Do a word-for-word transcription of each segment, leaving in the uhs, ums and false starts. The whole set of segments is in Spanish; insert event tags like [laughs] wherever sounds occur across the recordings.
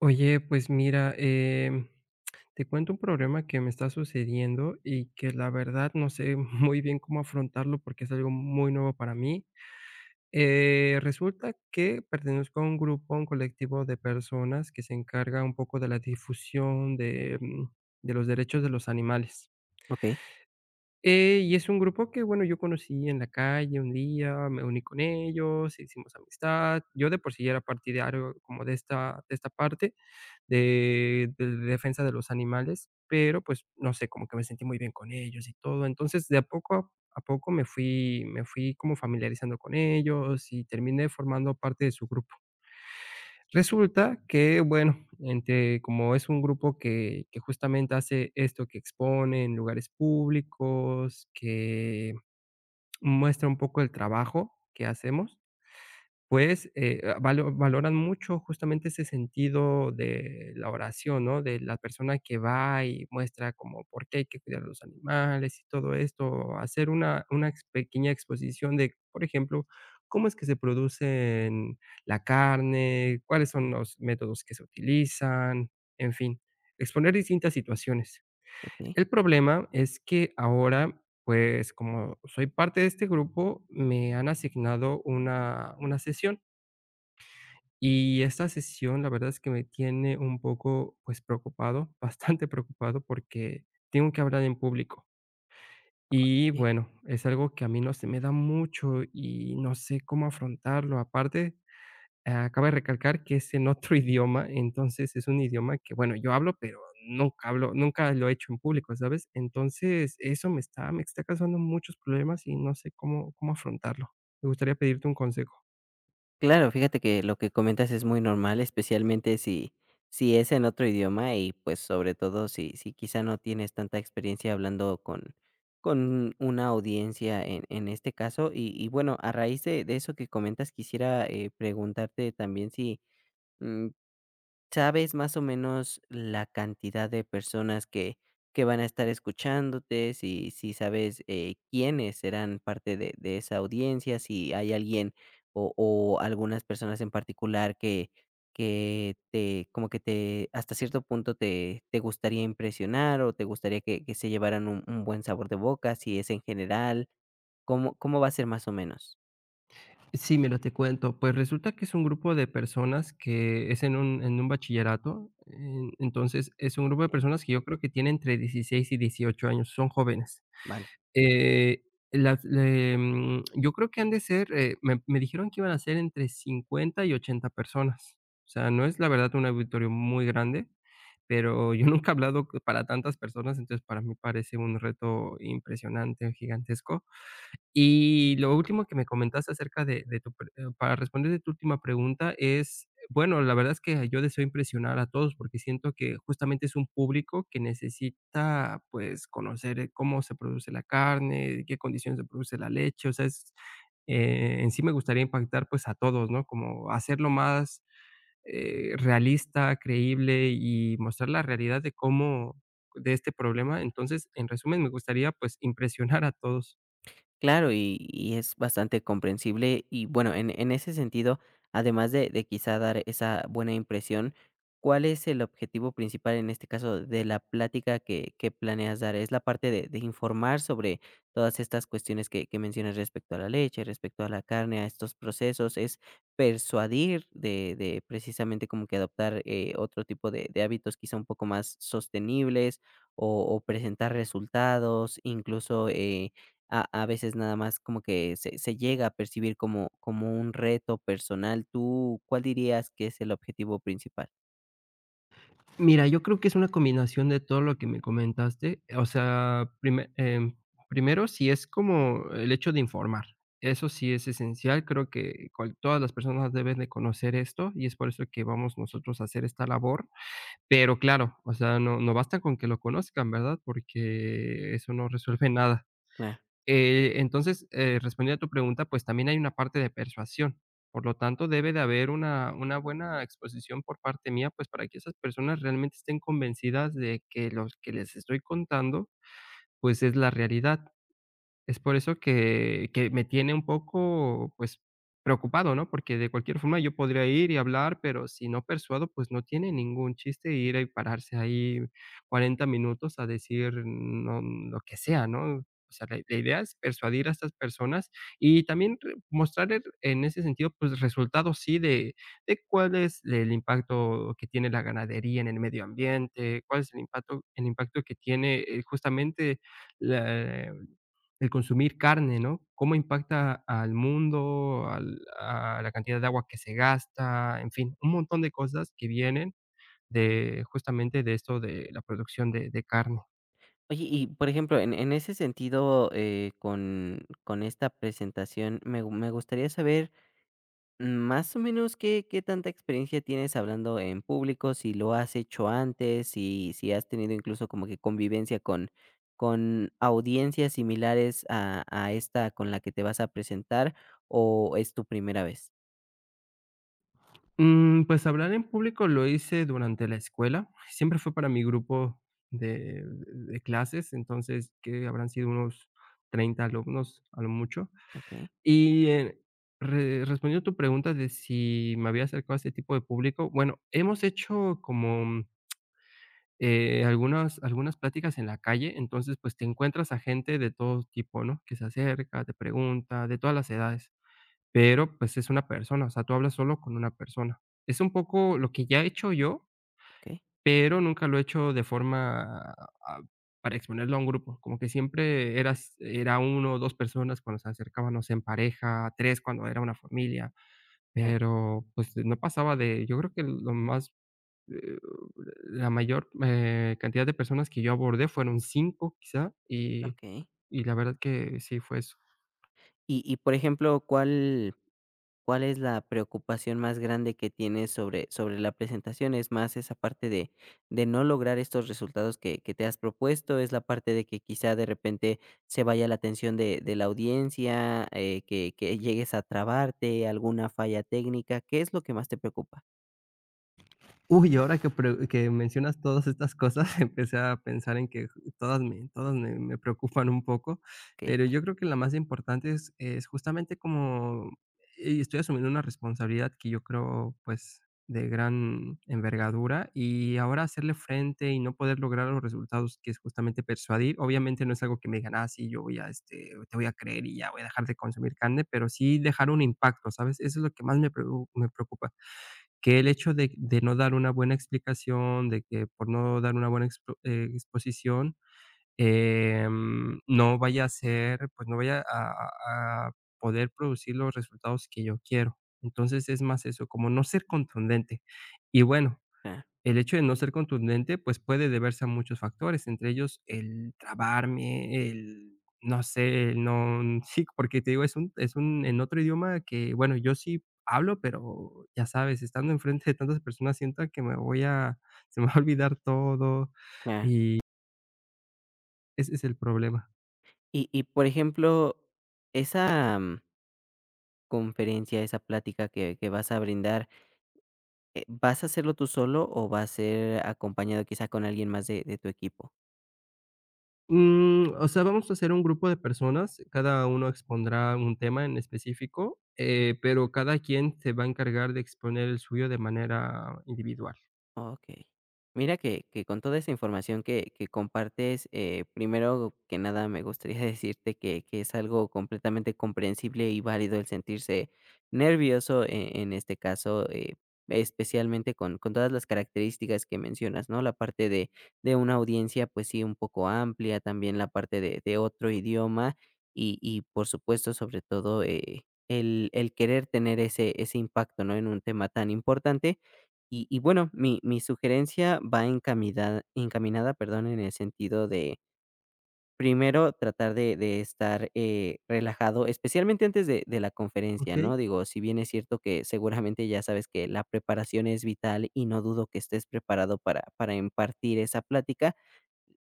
Oye, pues mira, em, te cuento un problema que me está sucediendo y que la verdad no sé [laughs] muy bien cómo afrontarlo porque es algo muy nuevo para mí. Eh, resulta que pertenezco a un grupo, a un colectivo de personas que se encarga un poco de la difusión de, mm, de los derechos de los animales. Okey, Eh, y es un grupo que, bueno, yo conocí en la calle un día, me uní con ellos, hicimos amistad. Yo de por sí era partidario como de esta, de esta parte de de defensa de los animales, pero, pues, no sé, como que me sentí muy bien con ellos y todo. Entonces, de a poco a a poco me fui me fui como familiarizando con ellos y terminé formando parte de su grupo. Resulta que, bueno, entre como es un grupo que que justamente hace esto, que expone en lugares públicos, que muestra un poco el trabajo que hacemos, pues, eh, ah, valo valoran mucho justamente ese sentido de la oración, ¿no? De la persona que va y muestra como por qué hay que cuidar a los animales y todo esto, hacer una una ex pequeña exposición de, por ejemplo, cómo es que se producen la carne, cuáles son los métodos que se utilizan, en fin, exponer distintas situaciones. okey. El problema es que ahora, pues, como soy parte de este grupo, me han asignado una una sesión. Y esta sesión, la verdad es que me tiene un poco, pues, preocupado, [laughs] bastante preocupado, porque tengo que hablar en público. Y Eh, bueno, es algo que a mí no se me da mucho y no sé cómo afrontarlo. Aparte, ah, de recalcar que es en otro [laughs] idioma, entonces es un idioma que, bueno, yo hablo, pero nunca hablo nunca lo he hecho en público, ¿sabes? Entonces, eso me está me está causando muchos problemas y no sé cómo cómo afrontarlo. Me gustaría pedirte un consejo. claro, fíjate que lo que comentas es muy normal, especialmente si si es en otro idioma y, pues, sobre todo si si quizá no tienes tanta experiencia hablando con con una audiencia en en este caso. Y y bueno, a raíz de de eso que comentas, quisiera, eh, preguntarte también si, mm ¿sabes más o menos la cantidad de personas que que van a estar escuchándote? Si si sabes, eh, quiénes serán parte de de esa audiencia, si hay alguien o o algunas personas en particular que que te como que te hasta cierto punto te te gustaría impresionar o te gustaría que que se llevaran un un buen sabor de boca, si es en general, ¿cómo cómo va a ser más o menos? Sí, mira, te cuento. Pues resulta que es un grupo de personas que es en un en un bachillerato, en entonces es un grupo de Okey, personas que yo creo que tiene entre dieciséis y dieciocho años, son jóvenes. vale. Eh, las le mm, yo creo que han de ser, eh, me me dijeron que iban a ser entre cincuenta y ochenta personas. O sea, no es la verdad un auditorio muy grande, pero yo nunca he hablado co- para tantas personas, entonces para mí parece un reto impresionante, gigantesco. Y lo último que me comentaste acerca de de tu pre eh, para responder de tu última pregunta es, bueno, la verdad es que yo deseo impresionar a todos, porque siento que justamente es un público que necesita, pues, conocer eh, cómo se produce la carne, en qué condiciones se produce la leche, o sea, es, eh, en sí me gustaría impactar, pues, a todos, ¿no? Como hacerlo más, eh, realista, creíble y mostrar la realidad de cómo de este problema. Entonces, en resumen, me gustaría, pues, impresionar a todos. Claro, y y es bastante comprensible. Y bueno, en en ese sentido, además de de quizá dar esa buena impresión, ¿cuál es el objetivo principal, en este caso, de la plática que que planeas dar? ¿Es la parte de de informar sobre todas estas cuestiones que que mencionas respecto a la leche, respecto a la carne, a estos procesos? ¿Es persuadir de de precisamente como que adoptar, eh, otro tipo de de hábitos quizá un poco más sostenibles o o presentar resultados, incluso, eh a a veces nada más como que se se llega a percibir como como un reto personal. ¿Tú cuál dirías que es el objetivo principal? Mira, yo creo que es una combinación de todo lo que me comentaste, eh, o sea, prime em, primero, sí es como el hecho de informar, eso sí es esencial, creo que cual todas las personas deben de conocer esto, y es por eso que vamos nosotros a hacer esta labor, pero claro, o sea, no no basta con que lo conozcan, ¿verdad? Porque eso no resuelve [laughs] nada. Claro. Eh, entonces, eh, respondiendo a tu pregunta, pues también hay una parte de persuasión. Por lo tanto, debe de haber una una buena exposición por parte mía, pues, para que esas personas realmente estén convencidas de que lo que les estoy contando, pues, es la realidad. Es por eso que que me tiene un poco, pues, preocupado, ¿no? Porque de cualquier forma yo podría ir y hablar, pero si no persuado, pues, no tiene ningún chiste ir y pararse ahí cuarenta minutos a decir, no, lo que sea, ¿no? O sea, la la idea es persuadir a estas personas y también re mostrarles en ese sentido, pues, resultados, sí, de de cuál es el impacto que tiene la ganadería en el medio ambiente, cuál es el impacto el impacto que tiene, eh, justamente el consumir carne, ¿no? ¿Cómo impacta al mundo, al a la cantidad de agua que se gasta? En fin, un montón de cosas que vienen de, justamente, de esto de la producción de de carne. Oye, y por ejemplo, en en ese sentido, eh, con con esta presentación, me gu me gustaría saber, mm, más o menos, qué qué tanta experiencia tienes hablando en público, si lo has hecho antes, si si has tenido incluso como que convivencia con con audiencias similares a a esta con la que te vas a presentar, ¿o es tu primera vez? Mm, pues hablar en público lo hice durante la escuela, siempre fue para mi grupo de de clases, entonces, ¿que habrán sido? Unos treinta alumnos a lo mucho. Okay, Y, eh, re respondiendo a tu pregunta de si me había acercado a este tipo de público, bueno, hemos hecho como eh, algunas algunas pláticas en la calle, entonces, pues, te encuentras a gente de todo tipo, ¿no? Que se acerca, te pregunta, de todas las edades, pero, pues, es una persona, o sea, tú hablas solo con una persona. Es un poco lo que ya he hecho yo, okay, pero nunca lo he hecho de forma a para exponerlo a un grupo, como que siempre eras era uno o dos personas cuando se acercaban, no sé, en pareja, tres cuando era una familia, Ah, pero, pues, no pasaba de yo creo que lo más eh, la mayor, eh, cantidad de personas que yo abordé fueron cinco quizá, y okey. y la verdad que sí fue eso. Y y, por ejemplo, ¿cuál cuál es la preocupación más grande que tienes sobre sobre la presentación? ¿Es más esa parte de de no lograr estos resultados que que te has propuesto? ¿Es la parte de que quizá de repente se vaya la atención de de la audiencia, eh, que que llegues a trabarte, alguna falla técnica? ¿Qué es lo que más te preocupa? Uy, ahora que pre que mencionas todas estas cosas, [laughs] empecé a pensar en que todas me todas me me preocupan un poco, Okey, pero yo creo que la más importante es es justamente como, y estoy asumiendo una responsabilidad que yo creo, pues, de gran envergadura, y ahora hacerle frente y no poder lograr los resultados, que es justamente persuadir. Obviamente, no es algo que me digan: "Ah, sí, yo voy a, este, te voy a creer y ya voy a dejar de consumir carne", pero sí dejar un impacto, ¿sabes? Eso es lo que más me pregu me preocupa que el hecho de de no dar una buena explicación, de que por no dar una buena expo eh, exposición, em, no vaya a ser, pues, no vaya a a a poder producir los resultados que yo quiero. Entonces, es más eso, como no ser contundente. Y bueno, claro, el hecho de no ser contundente, pues, puede deberse a muchos factores, entre ellos el trabarme, el, no sé, el no [laughs] sí, porque te digo, es un es un en otro idioma que, bueno, yo sí hablo, pero ya sabes, estando enfrente de tantas personas siento que me voy a [laughs] se me va a olvidar todo. claro. Ese es el problema. Y y, por ejemplo, esa mm, conferencia, esa plática que que vas a brindar. Eh, ¿vas a hacerlo tú solo o va a ser acompañado quizá con alguien más de de tu equipo? Mm, o sea, vamos a hacer un grupo de personas, cada uno expondrá un tema en específico, eh, pero cada quien se va a encargar de exponer el suyo de manera individual, Okey. Mira que que con toda esa información que que compartes, eh, primero que nada me gustaría [laughs] decirte que que es algo completamente comprensible y válido el sentirse nervioso e en este caso, eh, especialmente con con todas las características que mencionas, ¿no? La parte de de una audiencia, pues sí, un poco amplia, también la parte de de otro idioma y y por supuesto, sobre todo, eh, el el querer tener ese ese impacto, ¿no? En un tema tan importante. Y y bueno, mi mi sugerencia va encaminada encaminada, perdón, en el sentido de, primero, tratar de de estar, eh, relajado, especialmente antes de de la conferencia, ¿okey? ¿no? Digo, si bien es cierto que seguramente ya sabes que la preparación es vital y no dudo que estés preparado para para impartir esa plática,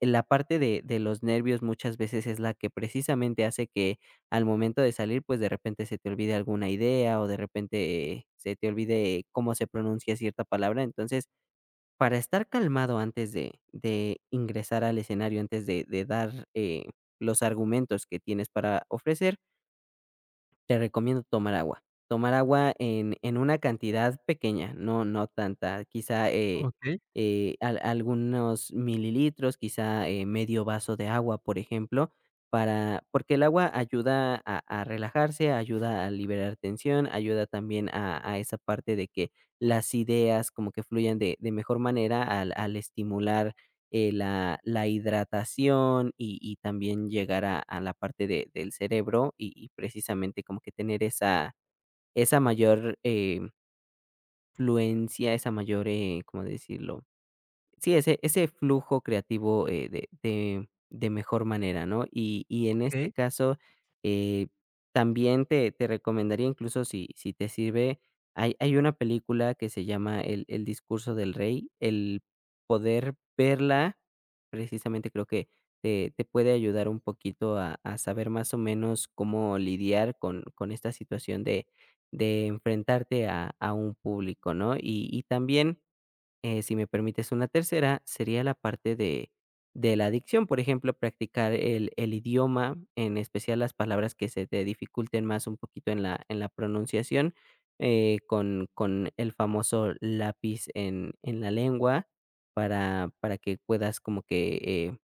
la parte de de los nervios muchas veces es la que precisamente hace que al momento de salir, pues, de repente se te olvide alguna idea o de repente, eh, se te olvide cómo se pronuncia cierta palabra. Entonces, para estar calmado antes de de ingresar al escenario, antes de de dar, eh, los argumentos que tienes para ofrecer, te recomiendo tomar agua. Tomar agua en en una cantidad pequeña, no no tanta, quizá, eh Okey. eh, al algunos mililitros, quizá, eh, medio vaso de agua, por ejemplo, para porque el agua ayuda a a relajarse, ayuda a liberar tensión, ayuda también a a esa parte de que las ideas como que fluyan de de mejor manera al al estimular eh, la, la hidratación y, y también llegar a, a la parte de- del cerebro y, y precisamente como que tener esa, esa mayor eh, fluencia, esa mayor, eh, ¿cómo decirlo? Sí, ese ese flujo creativo, eh, de de de mejor manera, ¿no? Y y en este Okey. caso, eh, también te te recomendaría, incluso si si te sirve, hay hay una película que se llama El el discurso del rey, el poder verla, precisamente creo que te te puede ayudar un poquito a a saber más o menos cómo lidiar con con esta situación de de enfrentarte a a un público, ¿no? Y y también eh, si me permites una tercera, sería la parte de de la adicción por ejemplo, practicar el el idioma, en especial las palabras que se te dificulten más un poquito en la en la pronunciación, eh, con con el famoso lápiz en en la lengua para para que puedas como que, eh,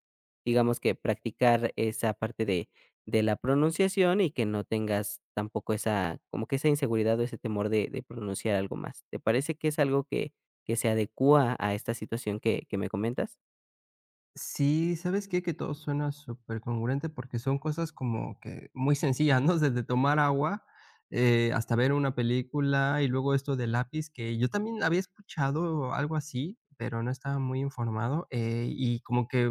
digamos que practicar esa parte de de la pronunciación y que no tengas tampoco esa como que esa inseguridad o ese temor de de pronunciar algo más. ¿Te parece que es algo que que se adecúa a esta situación que que me comentas? Sí, ¿sabes qué? Que todo suena súper congruente porque son cosas como que muy sencillas, ¿no? Desde tomar agua, eh, hasta ver una película, y luego esto del lápiz, que yo también había escuchado algo así, pero no estaba muy informado, eh, y como que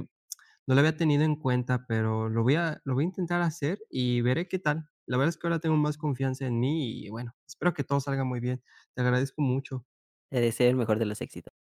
no lo había tenido en cuenta, pero lo voy a lo voy a intentar hacer y veré qué tal. La verdad es que ahora tengo más confianza en mí y, bueno, espero que todo salga muy bien. Te agradezco mucho. Te deseo el mejor de los éxitos.